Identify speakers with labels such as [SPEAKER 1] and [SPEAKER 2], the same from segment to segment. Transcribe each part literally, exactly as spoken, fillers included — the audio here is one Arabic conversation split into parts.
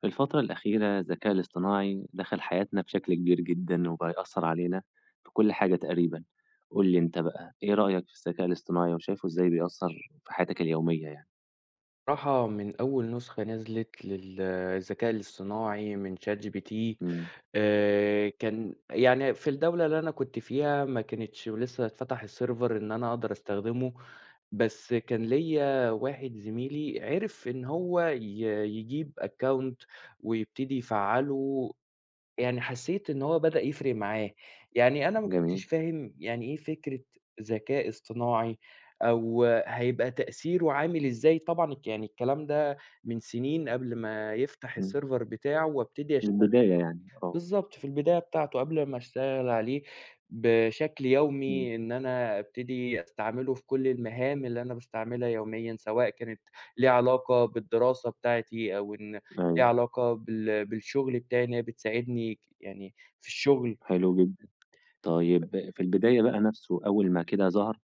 [SPEAKER 1] في الفترة الأخيرة الذكاء الاصطناعي دخل حياتنا بشكل كبير جدًا، وبقى يأثّر علينا في كل حاجة تقريبًا، قُل لي أنت بقى إيه رأيك في الذكاء الاصطناعي، وشايفه إزاي بيأثّر في حياتك اليومية يعني؟
[SPEAKER 2] بصراحة من أول نسخة نزلت للذكاء الاصطناعي من ChatGPT،
[SPEAKER 1] إمم.
[SPEAKER 2] آآ كان يعني في الدولة اللي أنا كنت فيها ما كانتش ولسه اتفتح السيرفر إن أنا أقدر أستخدمه، بس كان ليّا واحد زميلي عرف إن هو ي يجيب account ويبتدي يفعّله. يعني حسّيت إن هو بدأ يفرق معاه، يعني أنا ما كنتش
[SPEAKER 1] جميل.
[SPEAKER 2] فاهم يعني إيه فكرة ذكاء اصطناعي أو هيبقى تأثيره عامل إزاي. طبعًا الك يعني الكلام ده من سنين قبل ما يفتح
[SPEAKER 1] إمم.
[SPEAKER 2] السيرفر بتاعه وابتدي أشت
[SPEAKER 1] البداية يعني، آه.
[SPEAKER 2] بالضبط، في البداية بتاعته قبل ما أشتغل عليه بشكل
[SPEAKER 1] إمم.
[SPEAKER 2] يومي، إن أنا أبتدي أستعمله في كل المهام اللي أنا باستعملها يوميًا، سواء كانت ليها علاقة بالدراسة بتاعتي أو إن ليها
[SPEAKER 1] أيوه.
[SPEAKER 2] علاقة بال بالشغل بتاعي، إن هي بتساعدني ك يعني في الشغل.
[SPEAKER 1] حلو جدًا. طيب في البداية بقى نَفْسه أول ما كده ظهر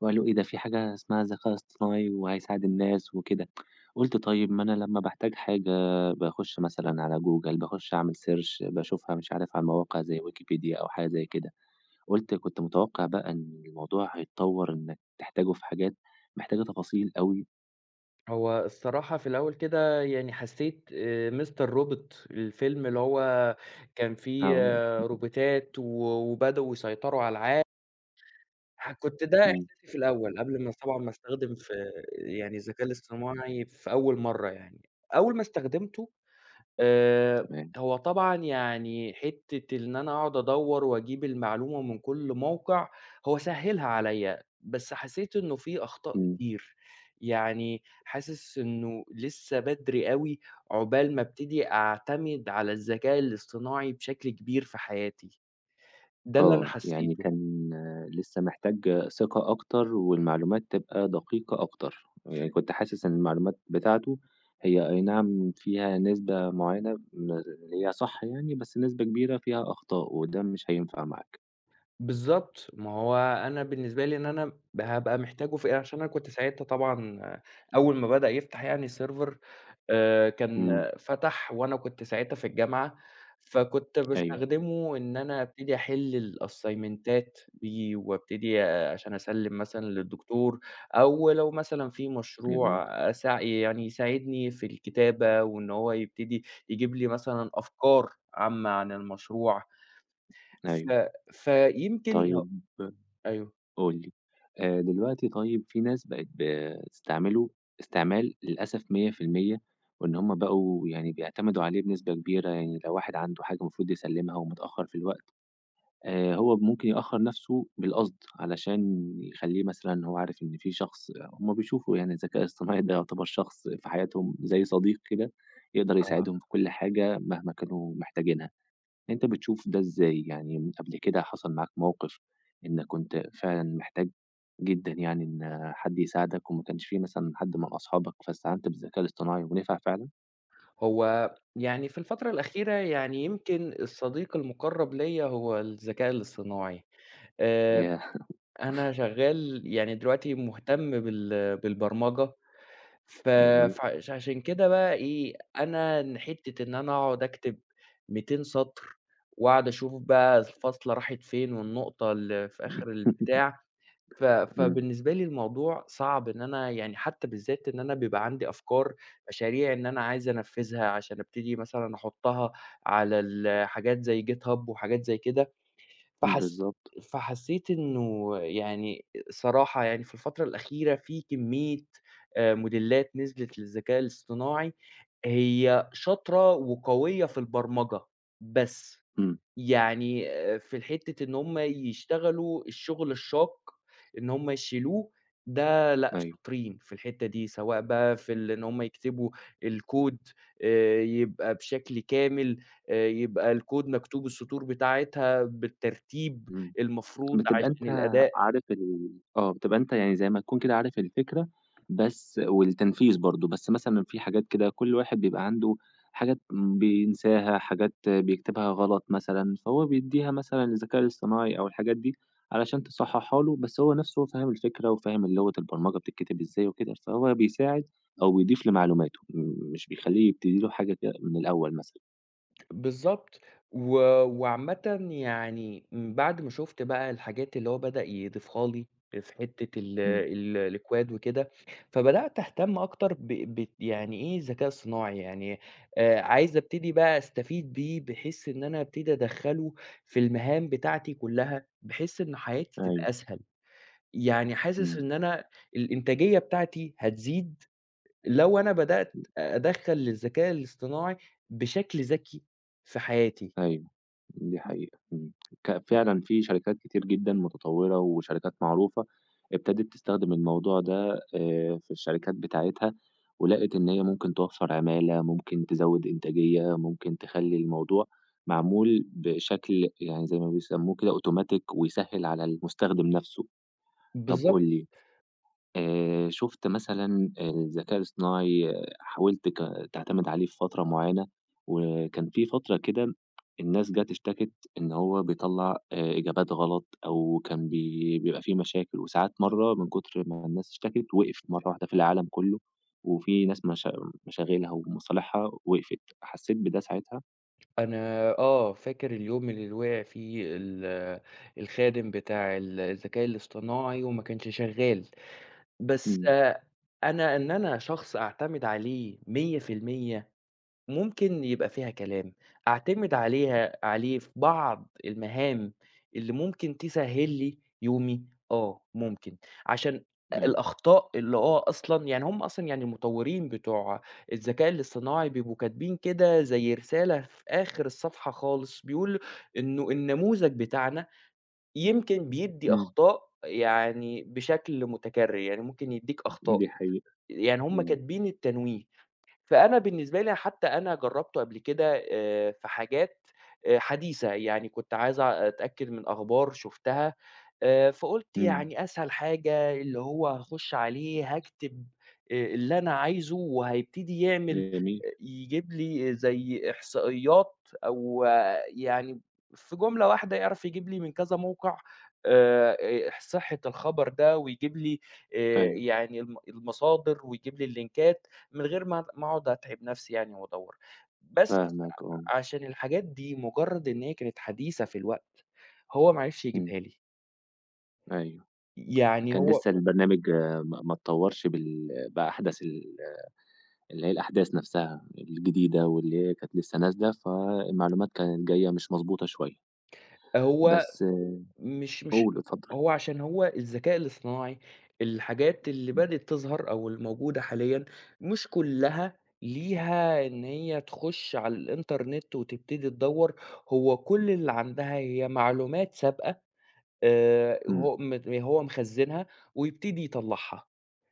[SPEAKER 1] وقالوا إيه ده في حاجة اسمها ذكاء اصطناعي وهيساعد الناس وكده، قُلت طيب ما أنا لمّا باحتاج حاجة باخُش مثلًا على جوجل، باخُش أعمل search باشوفها مش عارف على مواقع زي ويكيبيديا أو حاجة زي كده، قُلت كنت متوقع بقى إن الموضوع هيتطوّر إنك تحتاجه في حاجات محتاجة تفاصيل أوي.
[SPEAKER 2] هو الصراحة في الأول كده يعني حسيت آآ مستر روبوت، الفيلم اللي هو كان فيه،
[SPEAKER 1] آه.
[SPEAKER 2] آه، روبوتات و وبدأوا يسيطروا على العالم. ح كنت ده
[SPEAKER 1] إمم.
[SPEAKER 2] إحساسي في الأول قبل ما طبعًا ما أستخدم في يعني الذكاء الاصطناعي في أول مرّة يعني. أول ما استخدمته آآ،
[SPEAKER 1] تمام.
[SPEAKER 2] هو طبعًا يعني حتّة إن أنا أقعد أدوّر وأجيب المعلومة من كل موقع، هو سهّلها عليّا، بس حسيت إنه في أخطاء
[SPEAKER 1] إمم.
[SPEAKER 2] كتير، يعني حاسس إنه لسه بدري أوي عقبال ما أبتدي أعتمد على الذكاء الاصطناعي بشكل كبير في حياتي، ده اللي أنا
[SPEAKER 1] آه، يعني
[SPEAKER 2] حسيته.
[SPEAKER 1] كان آه، لسه محتاج ثقة أكتر والمعلومات تبقى دقيقة أكتر، يعني كنت حاسس إن المعلومات بتاعته هي أي نعم فيها نسبة معينة من اللي هي صح يعني، بس نسبة كبيرة فيها أخطاء، وده مش هينفع معاك.
[SPEAKER 2] بالضبط، ما هو أنا بالنسبة لي إن أنا ب هابقى محتاجه في إيه، عشان أنا كنت ساعتها طبعًا أول ما بدأ يفتح يعني server، آآ،
[SPEAKER 1] إمم.
[SPEAKER 2] كان فتح وأنا كنت ساعتها في الجامعة، فكنت
[SPEAKER 1] أيوه.
[SPEAKER 2] باستخدمه إن أنا أبتدي أحل الأسايمنتات بيه وأبتدي، آه، عشان أسلِّم مثلًا للدكتور، أو لو مثلًا في
[SPEAKER 1] جميل.
[SPEAKER 2] مشروع أساع يعني يساعدني في الكتابة، وإن هو يبتدي يجيب لي مثلًا أفكار عامة عن المشروع، ف
[SPEAKER 1] أيوه.
[SPEAKER 2] فيمكن
[SPEAKER 1] طيب
[SPEAKER 2] أيوه.
[SPEAKER 1] قُل لي، آآ دلوقتي طيب في ناس بقت بتستعمله استعمال للأسف مية في المية وإن هم بقوا يعني بيعتمدوا عليه بنسبة كبيرة، يعني لو واحد عنده حاجة المفروض يسلِّمها ومتأخّر في الوقت، آآ هو ممكن يأخّر نَفْسه بالقصد علشان يخلّيه مثلًا هو عارف إن في شخص هم بيشوفوا يعني الذكاء الاصطناعي ده يعتبر شخص في حياتهم زي صديق كده، يقدر
[SPEAKER 2] آه.
[SPEAKER 1] يساعدهم في كل حاجة مهما كانوا محتاجينها. أنت بتشوف ده إزاي؟ يعني قبل كده حصل معاك موقف إنك كنت فعلًا محتاج جدًا يعني إن حد يساعدك وما كانش في مثلًا حد من أصحابك فاستعنت بالذكاء الاصطناعي ونفع فعلًا؟
[SPEAKER 2] هو يعني في الفترة الأخيرة يعني يمكن الصديق المُقرّب ليّا هو الذكاء الاصطناعي. آآ
[SPEAKER 1] ياه!
[SPEAKER 2] أنا شغّال يعني دلوقتي مهتم بال بالبرمجة، ف
[SPEAKER 1] جميل.
[SPEAKER 2] فعش عشان كده بقى إيه، أنا إن حتّة إن أنا أقعُد أكتب ميتين سَطر وأقعد أشوف بقى الفاصلة راحت فين والنقطة اللي في آخر البتاع، ف
[SPEAKER 1] إمم.
[SPEAKER 2] فبالنسبة لي الموضوع صعب إن أنا يعني، حتى بالذات إن أنا بيبقى عندي أفكار، مشاريع إن أنا عايز أنفّذها عشان أبتدي مثلًا أحُطّها على ال حاجات زي GitHub وحاجات زي كده، فحس
[SPEAKER 1] بالضبط.
[SPEAKER 2] فحسّيت إنه يعني صراحة يعني في الفترة الأخيرة في كمية آآ موديلات نزلت للذكاء الاصطناعي، هي شاطرة وقوية في البرمجة، بس
[SPEAKER 1] إمم.
[SPEAKER 2] يعني آآ في الحتّة إن هم يشتغلوا الشغل الشاق، إن هم يشيلوه، ده لأ
[SPEAKER 1] أيوه.
[SPEAKER 2] شاطرين في الحتّة دي، سواء بقى في ال إن هم يكتبوا الكود آآ يبقى بشكل كامل، آآ يبقى الكود مكتوب السطور بتاعتها بالترتيب
[SPEAKER 1] إمم.
[SPEAKER 2] المفروض
[SPEAKER 1] بتبقى
[SPEAKER 2] عشان
[SPEAKER 1] أنت
[SPEAKER 2] الأداة.
[SPEAKER 1] عارف ال آه، بتبقى أنت يعني زي ما تكون كده عارف الفكرة بس والتنفيذ برضه، بس مثلًا في حاجات كده كل واحد بيبقى عنده حاجات بينساها، حاجات بيكتبها غلط مثلًا، فهو بيدّيها مثلًا للذكاء الاصطناعي أو الحاجات دي علشان تصحّحها له، بس هو نَفْسه هو فاهم الفكرة وفاهم اللغة البرمجة بتتكتب إزاي وكده، فهو بيساعد أو بيضيف لمعلوماته، م مش بيخلّيه يبتدي له حاجة كده من الأول مثلًا.
[SPEAKER 2] بالضبط. و وعامةً يعني من بعد ما شُفت بقى الحاجات اللي هو بدأ يضيفها لي في حتّة ال
[SPEAKER 1] إمم.
[SPEAKER 2] ال الكواد وكده، فبدأت أهتم أكتر ب بت يعني إيه الذكاء الصناعي، يعني آآ عايز أبتدي بقى أستفيد بيه بحيث إن أنا أبتدي أدخّله في المهام بتاعتي كُلّها، بحيث إن حياتي
[SPEAKER 1] أيوه.
[SPEAKER 2] تبقى أسهل. يعني حاسس
[SPEAKER 1] إمم.
[SPEAKER 2] إن أنا الإنتاجية بتاعتي هتزيد لو أنا بدأت أدخّل الذكاء الاصطناعي بشكل ذكي في حياتي.
[SPEAKER 1] أيوه. دي
[SPEAKER 2] م
[SPEAKER 1] حقيقة. إمم. ك
[SPEAKER 2] م
[SPEAKER 1] فعلًا في شركات كتير جدًا متطوّرة وشركات معروفة ابتدت تستخدم الموضوع ده آآ، في الشركات بتاعتها، ولقت إن هي ممكن توفّر عمالة، ممكن تزوّد إنتاجية، ممكن تخلّي الموضوع معمول بشكل يعني زي ما بيسموه كده أوتوماتيك ويسهّل على المستخدم نَفْسه. طَب قُل
[SPEAKER 2] بالضبط.
[SPEAKER 1] لي، آآ شُفت مثلًا الذكاء الاصطناعي آه، حاولت ك تعتمد عليه في فترة معيّنة، وكان في فترة كده الناس جات اشتكت إن هو بيطلّع آآ إجابات غلط أو كان بي بيبقى في مشاكل، وساعات مرّة من كتر ما الناس اشتكت وقف مرّة واحدة في العالم كلّه، وفي ناس مشا مشاغلها ومصالحها وقفت، حسّيت بده ساعتها.
[SPEAKER 2] أنا آه، فاكر اليوم اللي وقع فيه ال الخادم بتاع ال الذكاء الاصطناعي وما كانش شغّال، بس.
[SPEAKER 1] إمم.
[SPEAKER 2] آه، أنا إن أنا شخص أعتمد عليه مية في المية ممكن يبقى فيها كلام، أعتمد عليها عليه في بعض المهام اللي ممكن تسهّل لي يومي، آه ممكن، عشان
[SPEAKER 1] أيوه.
[SPEAKER 2] الأخطاء اللي، آه أصلًا يعني هم أصلًا يعني المطوّرين بتوع الذكاء الاصطناعي بيبقوا كاتبين كده زي رسالة في آخر الصفحة خالص، بيقول إنه النموذج بتاعنا يمكن بيدّي
[SPEAKER 1] إمم.
[SPEAKER 2] أخطاء يعني بشكل متكرر، يعني ممكن يدّيك أخطاء،
[SPEAKER 1] دي حقيقة.
[SPEAKER 2] يعني هم
[SPEAKER 1] إمم.
[SPEAKER 2] كاتبين التنويه. فأنا بالنسبة لي، حتى أنا جرّبته قبل كده آآ في حاجات آآ حديثة، يعني كنت عايز أ أتأكد من أخبار شُفتها، آآ، فقُلت
[SPEAKER 1] إمم.
[SPEAKER 2] يعني أسهل حاجة اللي هو هاخُش عليه هاكتب آآ اللي أنا عايزه وهيبتدي يعمل،
[SPEAKER 1] جميل.
[SPEAKER 2] أ يجيب لي زي إحصائيات أو، آه، يعني في جملة واحدة يعرف يجيب لي من كذا موقع، آآ أ صحة الخبر ده ويجيب لي، آآ
[SPEAKER 1] أيوه.
[SPEAKER 2] يعني الم المصادر ويجيب لي اللينكات، من غير ما ما أقعد أتعب نفسي يعني وأدوّر. بس
[SPEAKER 1] فاهمك آه.
[SPEAKER 2] ع عشان الحاجات دي مجرّد إن هي كانت حديثة في الوقت، هو ما عرفش
[SPEAKER 1] إمم.
[SPEAKER 2] يجيبها لي،
[SPEAKER 1] أيوه.
[SPEAKER 2] يعني
[SPEAKER 1] كان
[SPEAKER 2] هو
[SPEAKER 1] لسه البرنامج آه، ما ما اتطوّرش بال بأحدث ال اللي هي الأحداث نفْسها الجديدة واللي هي كانت لسه نازلة، فالمعلومات كانت جاية مش مضبوطة شوية.
[SPEAKER 2] هو
[SPEAKER 1] بس
[SPEAKER 2] مش مش
[SPEAKER 1] قُل، اتفضّل.
[SPEAKER 2] هو عشان هو الذكاء الاصطناعي، الحاجات اللي
[SPEAKER 1] إمم.
[SPEAKER 2] بدأت تظهر أو الموجودة حاليًا مش كلّها ليها إن هي تخُش على الإنترنت وتبتدي تدوّر، هو كل اللي عندها هي معلومات سابقة، آآ
[SPEAKER 1] إمم.
[SPEAKER 2] هو مت هو مخزّنها ويبتدي يطلّعها.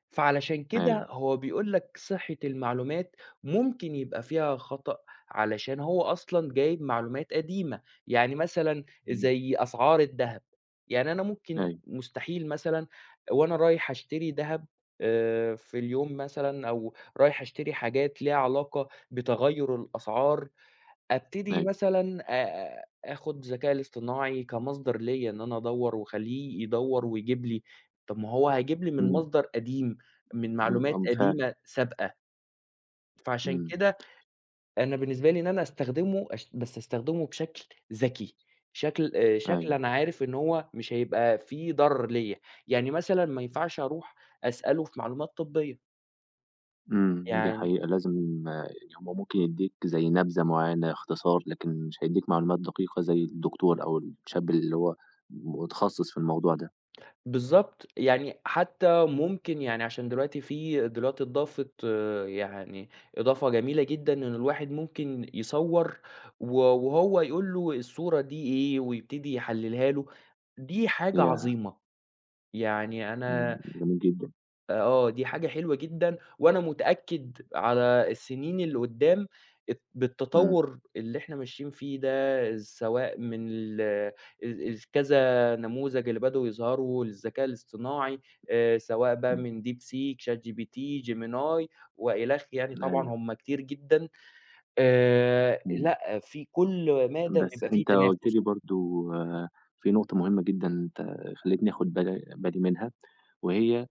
[SPEAKER 2] فعلشان كده
[SPEAKER 1] أيوه.
[SPEAKER 2] هو بيقول لك صحة المعلومات ممكن يبقى فيها خطأ علشان هو أصلًا جايب معلومات قديمة، يعني مثلًا
[SPEAKER 1] إمم.
[SPEAKER 2] زي أسعار الدهب، يعني أنا ممكن
[SPEAKER 1] أيوه.
[SPEAKER 2] مستحيل مثلًا وأنا رايح أشتري دهب آآ في اليوم مثلًا، أو رايح أشتري حاجات ليها علاقة بتغيُّر الأسعار، أبتدي
[SPEAKER 1] أيوه.
[SPEAKER 2] مثلًا آآ آخُد الذكاء الاصطناعي كمصدر ليّا إن أنا أدوّر وأخلّيه يدوّر ويجيب لي. طَب ما هو هيجيب لي من
[SPEAKER 1] إمم.
[SPEAKER 2] مصدر قديم، من
[SPEAKER 1] إمم.
[SPEAKER 2] معلومات
[SPEAKER 1] آمم، فعلًا.
[SPEAKER 2] قديمة سابقة. فعشان
[SPEAKER 1] إمم.
[SPEAKER 2] كده أنا بالنسبة لي، إن أنا أستخدمه أش بس أستخدمه بشكل ذكي، شكل آآ شكل
[SPEAKER 1] أيوه.
[SPEAKER 2] أنا عارف إن هو مش هيبقى فيه ضرر ليّا، يعني مثلًا ما ينفعش أروح أسأله في معلومات طبية.
[SPEAKER 1] إمم. دي
[SPEAKER 2] يعني
[SPEAKER 1] حقيقة لازم. آه، يعني هو ممكن يدّيك زي نبذة معيّنة، اختصار، لكن مش هيدّيك معلومات دقيقة زي الدكتور أو الشاب اللي هو متخصص في الموضوع ده.
[SPEAKER 2] بالضبط، يعني حتى ممكن يعني عشان دلوقتي في دلوقتي اتضافت يعني إضافة جميلة جدًا إن الواحد ممكن يصوّر و وهو يقول له الصورة دي إيه ويبتدي يحللها له، دي حاجة
[SPEAKER 1] ياه!
[SPEAKER 2] عظيمة. يعني
[SPEAKER 1] إمم.
[SPEAKER 2] أنا
[SPEAKER 1] جميل جدًا.
[SPEAKER 2] آه، دي حاجة حلوة جدًا، وأنا متأكد على السنين اللي قدّام الت
[SPEAKER 1] إمم.
[SPEAKER 2] بالتطور اللي إحنا ماشيين فيه ده، سواء من ال ال ال كذا نموذج اللي بدأوا يظهروا للذكاء الاصطناعي، آآ، سواء بقى
[SPEAKER 1] إمم.
[SPEAKER 2] من DeepSeek، ChatGPT، Gemini وإلخ، يعني طبعًا
[SPEAKER 1] أيوه.
[SPEAKER 2] هم كتير جدًا. آآ،
[SPEAKER 1] إمم.
[SPEAKER 2] لأ في كل مادة
[SPEAKER 1] بس
[SPEAKER 2] بيبقى في
[SPEAKER 1] أنت قُلت
[SPEAKER 2] تنافس.
[SPEAKER 1] لي برضه في نقطة مهمة جدًا أنت خلّيتني آخُد بالي بالي منها، وهي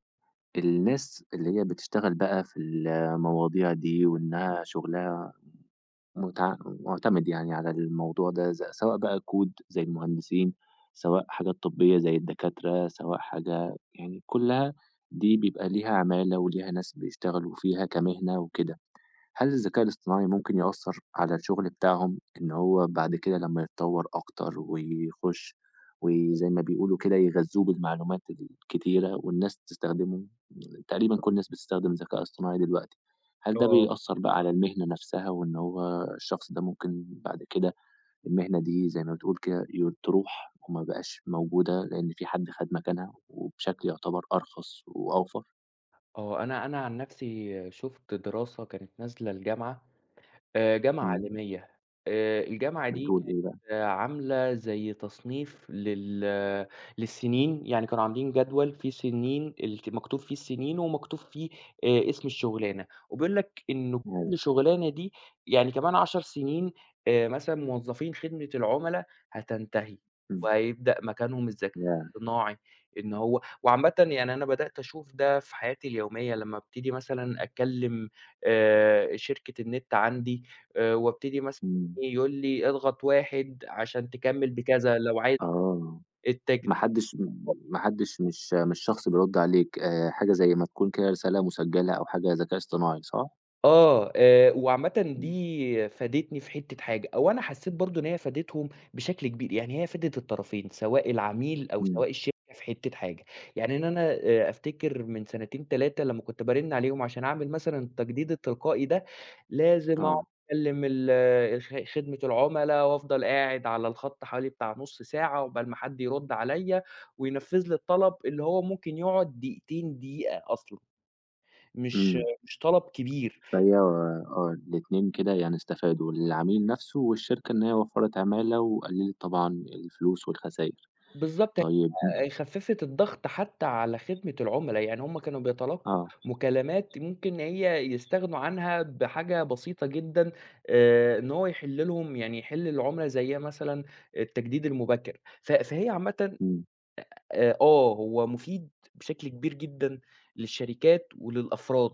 [SPEAKER 1] الناس اللي هي بتشتغل بقى في المواضيع دي وإنها شُغلها متع مُعتمد يعني على الموضوع ده ز سواء بقى كود زي المهندسين، سواء حاجات طبية زي الدكاترة، سواء حاجة يعني كُلّها دي بيبقى ليها عمالة وليها ناس بيشتغلوا فيها كمهنة وكده. هل الذكاء الاصطناعي ممكن يأثّر على الشغل بتاعهم، إن هو بعد كده لمّا يتطوّر أكتر ويخش وزي ما بيقولوا كده يغذّوه بالمعلومات الكتيرة والناس تستخدمه، تقريبًا كل الناس بتستخدم ذكاء اصطناعي دلوقتي، هل ده
[SPEAKER 2] آه،
[SPEAKER 1] بيأثّر بقى على المهنة نفسها وإن هو الشخص ده ممكن بعد كده المهنة دي زي ما بتقول كده ي تروح وما بقاش موجودة لإن في حد خَد مكانها وبشكل يعتبر أرخص وأوفر؟
[SPEAKER 2] آه، أنا أنا عن نفسي شُفت دراسة كانت نازلة الجامعة، آآ جامعة
[SPEAKER 1] إمم.
[SPEAKER 2] عالمية، آآ الجامعة دي
[SPEAKER 1] بتقول إيه بقى؟
[SPEAKER 2] آآ عاملة زي تصنيف لل للسنين، يعني كانوا عاملين جدول فيه سنين الك مكتوب فيه السنين ومكتوب فيه آآ اسم الشغلانة، وبيقول لك إن
[SPEAKER 1] أيوه.
[SPEAKER 2] كل شغلانة دي يعني كمان عشر سنين، آآ مثلًا موظفين خدمة العملا هتنتهي،
[SPEAKER 1] إمم.
[SPEAKER 2] وهيبدأ مكانهم الذكاء
[SPEAKER 1] ياه!
[SPEAKER 2] الاصطناعي. إن هو وعامةً يعني أنا بدأت أشوف ده في حياتي اليومية لمّا ابتدي مثلًا أكلم آآ شركة النت عندي، آآ وابتدي مثلًا
[SPEAKER 1] إمم.
[SPEAKER 2] يقول لي اضغط واحد عشان تكمّل بكذا، لو عايز
[SPEAKER 1] آه.
[SPEAKER 2] التج
[SPEAKER 1] ما حدش ما حدش مش مش شخص بيرد عليك، آآ، حاجة زي ما تكون كده رسالة مسجلة أو حاجة ذكاء اصطناعي، صح؟
[SPEAKER 2] آه، آآ وعامةً
[SPEAKER 1] إمم.
[SPEAKER 2] دي فادتني في حتّة حاجة، أو أنا حسّيت برضه إن هي فادتهم بشكل كبير، يعني هي فادت الطرفين، سواء العميل أو
[SPEAKER 1] إمم.
[SPEAKER 2] سواء الشركة في حتّة حاجة، يعني إن أنا آآ أفتكر من سنتين ثلاثة لمّا كنت بارِنّ عليهم عشان أعمل مثلًا التجديد التلقائي ده، لازم أقعد
[SPEAKER 1] آه.
[SPEAKER 2] أكلّم ال آه، الخ خدمة العُملا وأفضل قاعد على الخط حوالي بتاع نُص ساعة عقبال ما حد يرُد عليَّ وينفّذ لي الطلب اللي هو ممكن يقعد دقيقتين، دقيقة أصلًا، مش
[SPEAKER 1] إمم.
[SPEAKER 2] مش طلب كبير.
[SPEAKER 1] فهي آه، الاتنين كده يعني استفادوا، العميل نفسه والشركة إن هي وفّرت عمالة وقللت طبعًا الفلوس والخساير.
[SPEAKER 2] بالضبط.
[SPEAKER 1] طيب.
[SPEAKER 2] آآ
[SPEAKER 1] إمم.
[SPEAKER 2] خفّفت الضغط حتى على خدمة العُملا، يعني هم كانوا بيتلقّوا
[SPEAKER 1] آه.
[SPEAKER 2] مكالمات ممكن هي يستغنوا عنها بحاجة بسيطة جدًا، آآ إن هو يحل لهم، يعني يحل للعُملا زي مثلًا التجديد المبكر. ف فهي عامةً،
[SPEAKER 1] إمم.
[SPEAKER 2] آآ آه، هو مفيد بشكل كبير جدًا للشركات وللأفراد،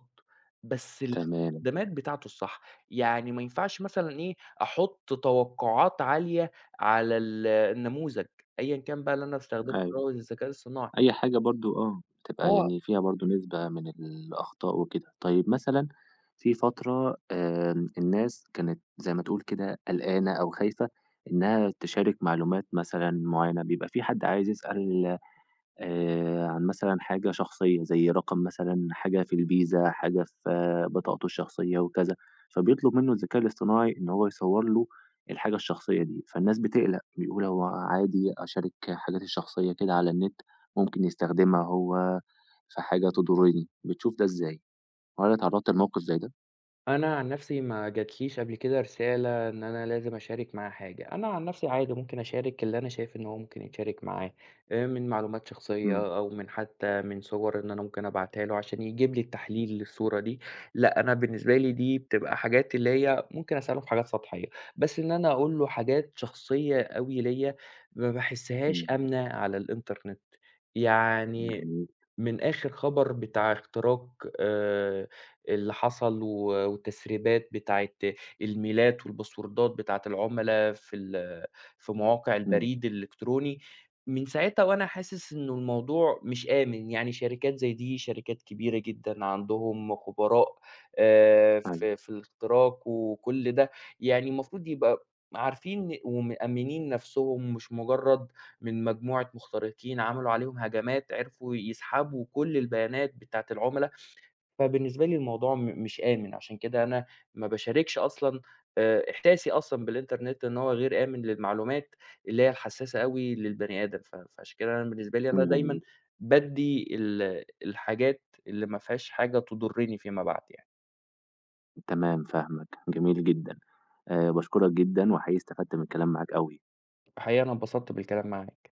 [SPEAKER 2] بس
[SPEAKER 1] تمام.
[SPEAKER 2] الاستخدامات بتاعته الصح، يعني ما ينفعش مثلًا إيه، أحُط توقعات عالية على ال النموذج أيًا كان بقى اللي أنا باستخدمه اللي
[SPEAKER 1] أيوه.
[SPEAKER 2] هو الذكاء الصناعي.
[SPEAKER 1] أي حاجة برضه آه، بتبقى
[SPEAKER 2] آه.
[SPEAKER 1] يعني فيها برضه نسبة من الأخطاء وكده. طيب مثلًا في فترة آمم، الناس كانت زي ما تقول كده قلقانة أو خايفة إنها تشارك معلومات مثلًا معينة، بيبقى في حد عايز يسأل آآ عن مثلًا حاجة شخصية، زي رقم مثلًا، حاجة في الفيزا، حاجة في آه، بطاقته الشخصية وكذا، فبيطلب منه الذكاء الاصطناعي إن هو يصوّر له الحاجة الشخصية دي، فالناس بتقلق، بيقول هو عادي أشارك حاجاتي الشخصية كده على النت، ممكن يستخدمها هو في حاجة تضرني، بتشوف ده إزاي؟ هل اتعرضت لموقف زي ده؟
[SPEAKER 2] أنا عن نفسي ما جاتليش قبل كده رسالة إن أنا لازم أشارك معاها حاجة، أنا عن نفسي عادي ممكن أشارك اللي أنا شايف إن هو ممكن يتشارك معاه، آآ من معلومات
[SPEAKER 1] إمم.
[SPEAKER 2] شخصية أو من حتى من صور إن أنا ممكن أبعتها له عشان يجيب لي التحليل للصورة دي. لأ، أنا بالنسبة لي دي بتبقى حاجات اللي هي ممكن أسأله في حاجات سطحية، بس إن أنا أقول له حاجات شخصية أوي ليّا، ما باحسهاش
[SPEAKER 1] إمم.
[SPEAKER 2] آمنة على الإنترنت، يعني
[SPEAKER 1] جميل.
[SPEAKER 2] من آخر خبر بتاع اختراق آآ اللي حصل، و والتسريبات بتاعة الميلات والباسوردات بتاعة العُملا في ال في مواقع
[SPEAKER 1] إمم.
[SPEAKER 2] البريد الإلكتروني، من ساعتها وأنا حاسس إنه الموضوع مش آمن. يعني شركات زي دي شركات كبيرة جدًا عندهم خبراء آآ
[SPEAKER 1] أيوه.
[SPEAKER 2] في في الاختراق وكل ده، يعني المفروض يبقى عارفين ومأمِّنين نَفْسهم، مش مجرّد من مجموعة مخترقين عملوا عليهم هجمات، عرفوا يسحبوا كل البيانات بتاعة العُملا. فبالنسبة لي الموضوع م مش آمن، عشان كده أنا ما باشاركش أصلًا. آآ إحساسي أصلًا بالإنترنت إن هو غير آمن للمعلومات اللي هي الحسّاسة أوي للبني آدم، ف فعشان كده أنا بالنسبة لي أنا
[SPEAKER 1] إمم.
[SPEAKER 2] دايمًا
[SPEAKER 1] جميل.
[SPEAKER 2] بادّي ال الحاجات اللي ما فيهاش حاجة تضُرّني فيما بعد يعني.
[SPEAKER 1] تمام فاهمك. جميل جدًا. آآ باشكرك جدًا وحقيقي استفدت من الكلام معاك أوي.
[SPEAKER 2] فحقيقة أنا اتبسطت بالكلام معاك.